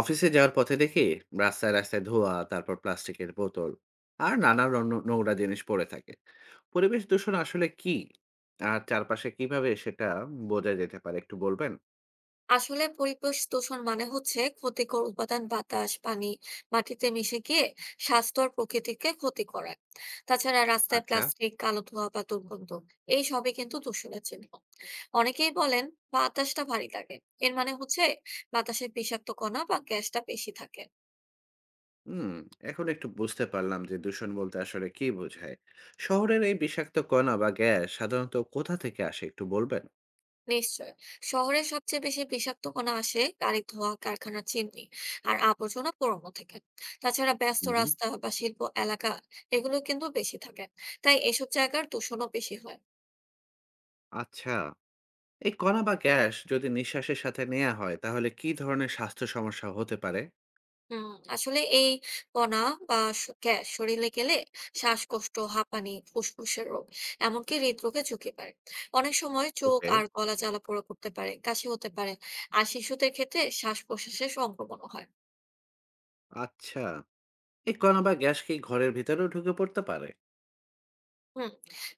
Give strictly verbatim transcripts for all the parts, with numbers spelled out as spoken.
অফিসে যাওয়ার পথে দেখি রাস্তায় রাস্তায় ধোঁয়া, তারপর প্লাস্টিকের বোতল আর নানা রং- নোংরা জিনিস পড়ে থাকে। পরিবেশ দূষণ আসলে কি, আর চারপাশে কিভাবে সেটা বোঝা যেতে পারে, একটু বলবেন? আসলে পরিবেশ দূষণ মানে হচ্ছে ক্ষতিকর উপাদান বাতাস পানি মাটিতে মিশে গিয়ে স্বাস্থ্য আর প্রকৃতিকে ক্ষতি করে। তাছাড়া রাস্তায় আচ্ছা। প্লাস্টিক কালো ধোঁয়া বা দুর্গন্ধ এই সবই কিন্তু দূষণের চিহ্ন। অনেকেই বলেন বাতাসটা ভারী লাগে, এর মানে হচ্ছে বাতাসে বিষাক্ত কণা বা গ্যাসটা বেশি থাকে। হুম। এখন একটু বুঝতে পারলাম যে দূষণ বলতে আসলে কি বোঝায়। শহরের এই বিষাক্ত কণা বা গ্যাস সাধারণত কোথা থেকে আসে, একটু বলবেন? নিশ্চয়, শহরে সবচেয়ে বেশি বিষাক্ত কণা আসে গাড়ি ধোঁয়া কারখানার চিমনি আর আবর্জনা পোড়ানো থেকে। তাছাড়া ব্যস্ত হুম। রাস্তা বা শিল্প এলাকা এগুলো কিন্তু বেশি থাকে, তাই এসব জায়গার দূষণও বেশি হয়। আচ্ছা। এই কণা বা গ্যাস যদি নিঃশ্বাসের সাথে নেওয়া হয়, তাহলে কি ধরনের স্বাস্থ্য সমস্যা হতে পারে? হুম। আসলে এই কণা বা স- গ্যাস শরীরে গেলে শ্বাসকষ্ট হাঁপানি ফুসফুসের রোগ এমনকি হৃদরোগে ঝুঁকি পারে। অনেক সময় চোখ ওকে। আর গলা জ্বালা পোড়া করতে পারে, কাশি হতে পারে। আর শিশুদের ক্ষেত্রে শ্বাস প্রশ্বাসের সংক্রমণও হয়। আচ্ছা। এই কণা বা গ্যাস কি ঘরের ভিতরেও ঢুকে পড়তে পারে? হুম।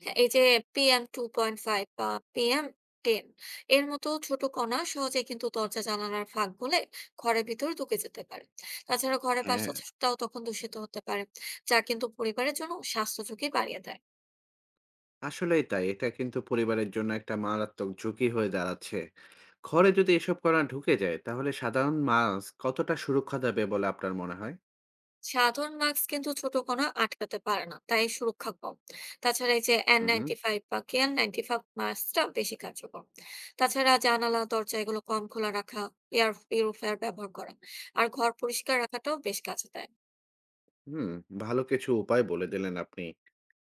হ্যাঁ, এই যে P M two point five বা পি এম টেন এর মতো ছোট কণা সহজে কিন্তু দরজা জানালার ফাঁক গলে ঘরের ভিতর ঢুকে যেতে পারে। তাছাড়া ঘরের হ্যাঁ। বাতাসটাও তখন দূষিত হতে পারে, যা কিন্তু পরিবারের জন্য স্বাস্থ্য ঝুঁকি বাড়িয়ে দেয়। আসলেই তাই। এটা কিন্তু পরিবারের জন্য একটা মারাত্মক ঝুঁকি হয়ে দাঁড়াচ্ছে। ঘরে যদি এসব কণা ঢুকে যায়, তাহলে সাধারণ মাছ কতটা সুরক্ষা দেবে বলে আপনার মনে হয়? সাধারণ মাস্ক কিন্তু ছোট কণা আটকাতে পারে না, তাই সুরক্ষা কম। তাছাড়া এই যে এন হু, হুম। নাইনটি ফাইভ বা কেএন নাইনটি ফাইভ মাস্কটা বেশি কার্যকর। তাছাড়া জানালা দরজা এগুলো কম খোলা রাখা, এয়ার পিউরিফায়ার ব্যবহার করা আর ঘর পরিষ্কার রাখাটাও বেশ কাজে দেয়। হুম, ভালো কিছু উপায় বলে দিলেন আপনি।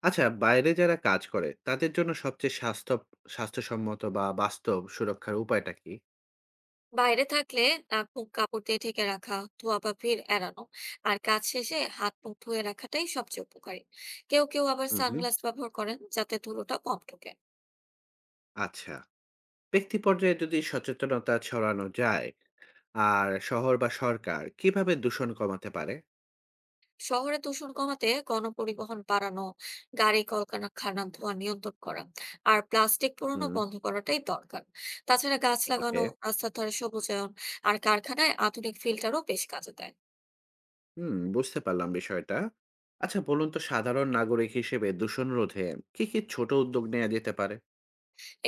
আচ্ছা, বাইরে যারা কাজ করে, তাদের জন্য সবচেয়ে স্বাস্থ্য স্বাস্থ্যসম্মত বা বাস্তব সুরক্ষার উপায়টা কি? বাইরে থাকলে নাক মুখ কাপড় দিয়ে ঢেকে রাখা, ধোয়া বা ভিড় এড়ানো আর কাজ শেষে হাত মুখ ধুয়ে রাখাটাই সবচেয়ে উপকারী। কেউ কেউ আবার হু, হুম। সানগ্লাস ব্যবহার করেন যাতে ধুলোটা কম ঢোকে। আচ্ছা, ব্যক্তি পর্যায়ে যদি সচেতনতা ছড়ানো যায়, আর শহর বা সরকার কিভাবে দূষণ কমাতে পারে? শহরে দূষণ কমাতে গণপরিবহন বাড়ানো, গাড়ি কলকারখানা ধোঁয়া নিয়ন্ত্রণ করা আর প্লাস্টিক পুরোনো হুম, বন্ধ করাটাই দরকার। তাছাড়া গাছ লাগানো, ওকে। রাস্তার ধারে সবুজায়ন আর কারখানায় আধুনিক ফিল্টারও বেশ কাজে দেয়। হুম, বুঝতে পারলাম বিষয়টা। আচ্ছা, বলুন তো, সাধারণ নাগরিক হিসেবে দূষণ রোধে কি, কি ছোট উদ্যোগ নেওয়া যেতে পারে?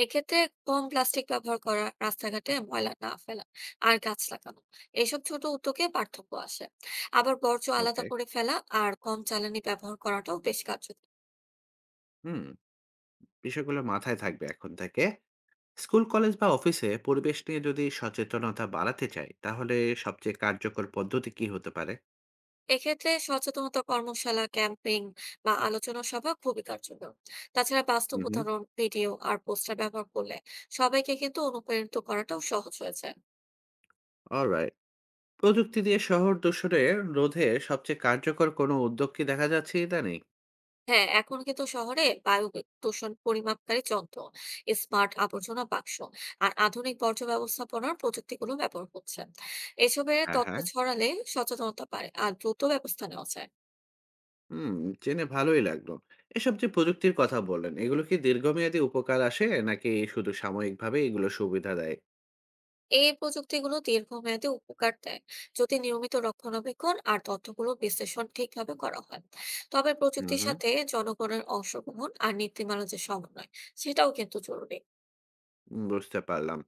এক্ষেত্রে কম প্লাস্টিক ব্যবহার করা, রাস্তাঘাটে ময়লা না ফেলা আর গাছ লাগানো, এইসব ছোট উদ্যোগে পার্থক্য আসে। আবার বর্জ্য আলাদা ওকে। করে ফেলা আর কম জ্বালানি ব্যবহার করাটাও বেশ কার্যকর। হুম, বিষয়গুলো মাথায় থাকবে এখন থেকে। স্কুল, কলেজ বা অফিসে পরিবেশ নিয়ে যদি সচেতনতা বাড়াতে চাই, তাহলে সবচেয়ে কার্যকর পদ্ধতি কি হতে পারে? এক্ষেত্রে সচেতনতা কর্মশালা, ক্যাম্পেইন বা আলোচনা সভা খুবই কার্যকর। তাছাড়া বাস্তব হুম, হুম। উদাহরণ ভিডিও আর পোস্টার ব্যবহার করলে সবাইকে কিন্তু অনুপ্রাণিত করাটাও সহজ হয়েছে। অলরাইট। প্রযুক্তি দিয়ে শহর দূষণের রোধে সবচেয়ে কার্যকর কোনো উদ্যোগ কি দেখা যাচ্ছে ইদানিং? হ্যাঁ, এখন কিন্তু শহরে বায়ু দূষণ পরিমাপকারী যন্ত্র, স্মার্ট আবর্জনা বাক্স আর আধুনিক বর্জ্য ব্যবস্থাপনার প্রযুক্তিগুলো ব্যবহার হচ্ছে। এসবের হ্যাঁ, তথ্য হ্যাঁ। ছড়ালে সচেতনতা বাড়ে আর দ্রুত ব্যবস্থা নেওয়া যায়। হুম, জেনে ভালোই লাগলো। এসব যে প্রযুক্তির কথা বললেন, এগুলো কি দীর্ঘমেয়াদী উপকার আসে নাকি শুধু সাময়িকভাবে এগুলো সুবিধা দেয়? এই প্রযুক্তিগুলো দীর্ঘমেয়াদে উপকার দেয় যদি নিয়মিত রক্ষণাবেক্ষণ আর তথ্যগুলো বিশ্লেষণ ঠিকভাবে করা হয়। তবে হুম, প্রযুক্তির হুম। সাথে জনগণের অংশগ্রহণ আর নীতিমালা যে সমন্বয়, সেটাও কিন্তু জরুরি। উম বুঝতে পারলাম।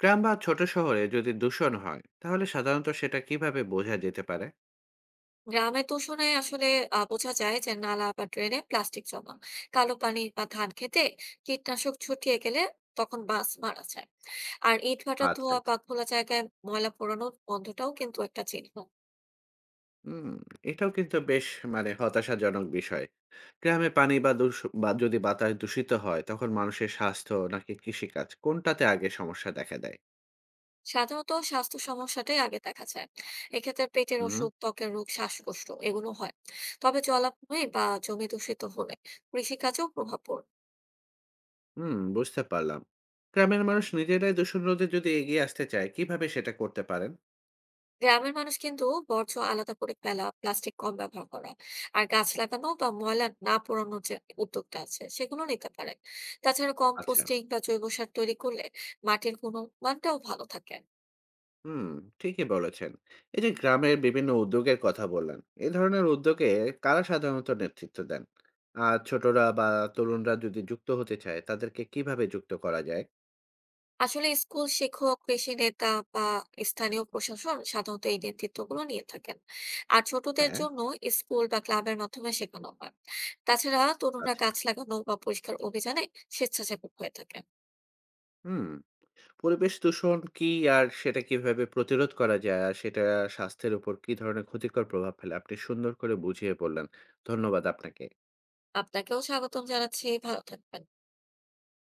গ্রাম বা ছোট শহরে যদি দূষণ হয়, তাহলে সাধারণত সেটা কিভাবে বোঝা যেতে পারে? গ্রামের দূষণে আসলে আহ, বোঝা যায় যে নালা বা ড্রেনে প্লাস্টিক জমা, কালো পানি বা ধান খেতে কীটনাশক ছড়িয়ে গেলে তখন মাছ মারা যায়। আর ইট ভাটার আচ্ছা, ধোয়া আচ্ছা। বা খোলা জায়গায় ময়লা পোড়ানোর গন্ধটাও কিন্তু একটা চিহ্ন। হুম, এটাও কিন্তু বেশ মানে হতাশাজনক বিষয়। গ্রামে পানি বা দূষ বা যদি বাতাস দূষিত হয়, তখন মানুষের স্বাস্থ্য নাকি কৃষিকাজ, কোনটাতে আগে সমস্যা দেখা দেয়? সাধারণত স্বাস্থ্য সমস্যাটাই আগে দেখা যায়, এক্ষেত্রে পেটের হুম। অসুখ ত্বকের রোগ শ্বাসকষ্ট এগুলো হয়। তবে জলাভূমি বা জমি দূষিত হলে কৃষিকাজেও প্রভাব পড়ে। হুম, বুঝতে পারলাম। গ্রামের মানুষ নিজেরাই দূষণ রোধে যদি এগিয়ে আসতে চায়, কিভাবে সেটা করতে পারেন? গ্রামের মানুষ কিন্তু বর্জ্য আলাদা করে ফেলা, প্লাস্টিক কম ব্যবহার করা আর গাছ লাগানো বা ময়লা না পোড়ানোর যে উদ্যোগটা আছে সেগুলো নিতে পারে। তাছাড়া আচ্ছা। কম্পোস্টিং বা জৈব সার তৈরি করলে মাটির গুণমানটাও ভালো থাকে। হুম, ঠিকই বলেছেন। এই যে গ্রামের বিভিন্ন উদ্যোগের কথা বললেন, এই ধরনের উদ্যোগে কারা সাধারণত নেতৃত্ব দেন, আর ছোটরা বা তরুণরা যদি যুক্ত হতে চায়, তাদেরকে কিভাবে যুক্ত করা যায়? আসলে স্কুল শিক্ষক, কৃষি নেতা বা স্থানীয় প্রশাসন সাধারণত এই নেতৃত্বগুলো নিয়ে থাকেন। আর ছোটদের হ্যাঁ। জন্য স্কুল বা ক্লাবের মাধ্যমে শেখানো হয়। তাছাড়া তরুণরা আচ্ছা। গাছ লাগানো বা পরিষ্কার অভিযানে স্বেচ্ছাসেবক হয়ে থাকে। হুম। পরিবেশ দূষণ কি, আর সেটা কিভাবে প্রতিরোধ করা যায়, আর সেটা স্বাস্থ্যের উপর কি ধরনের ক্ষতিকর প্রভাব ফেলে, আপনি সুন্দর করে বুঝিয়ে বললেন। ধন্যবাদ আপনাকে। আপনাকেও স্বাগতম জানাচ্ছি, ভালো থাকবেন।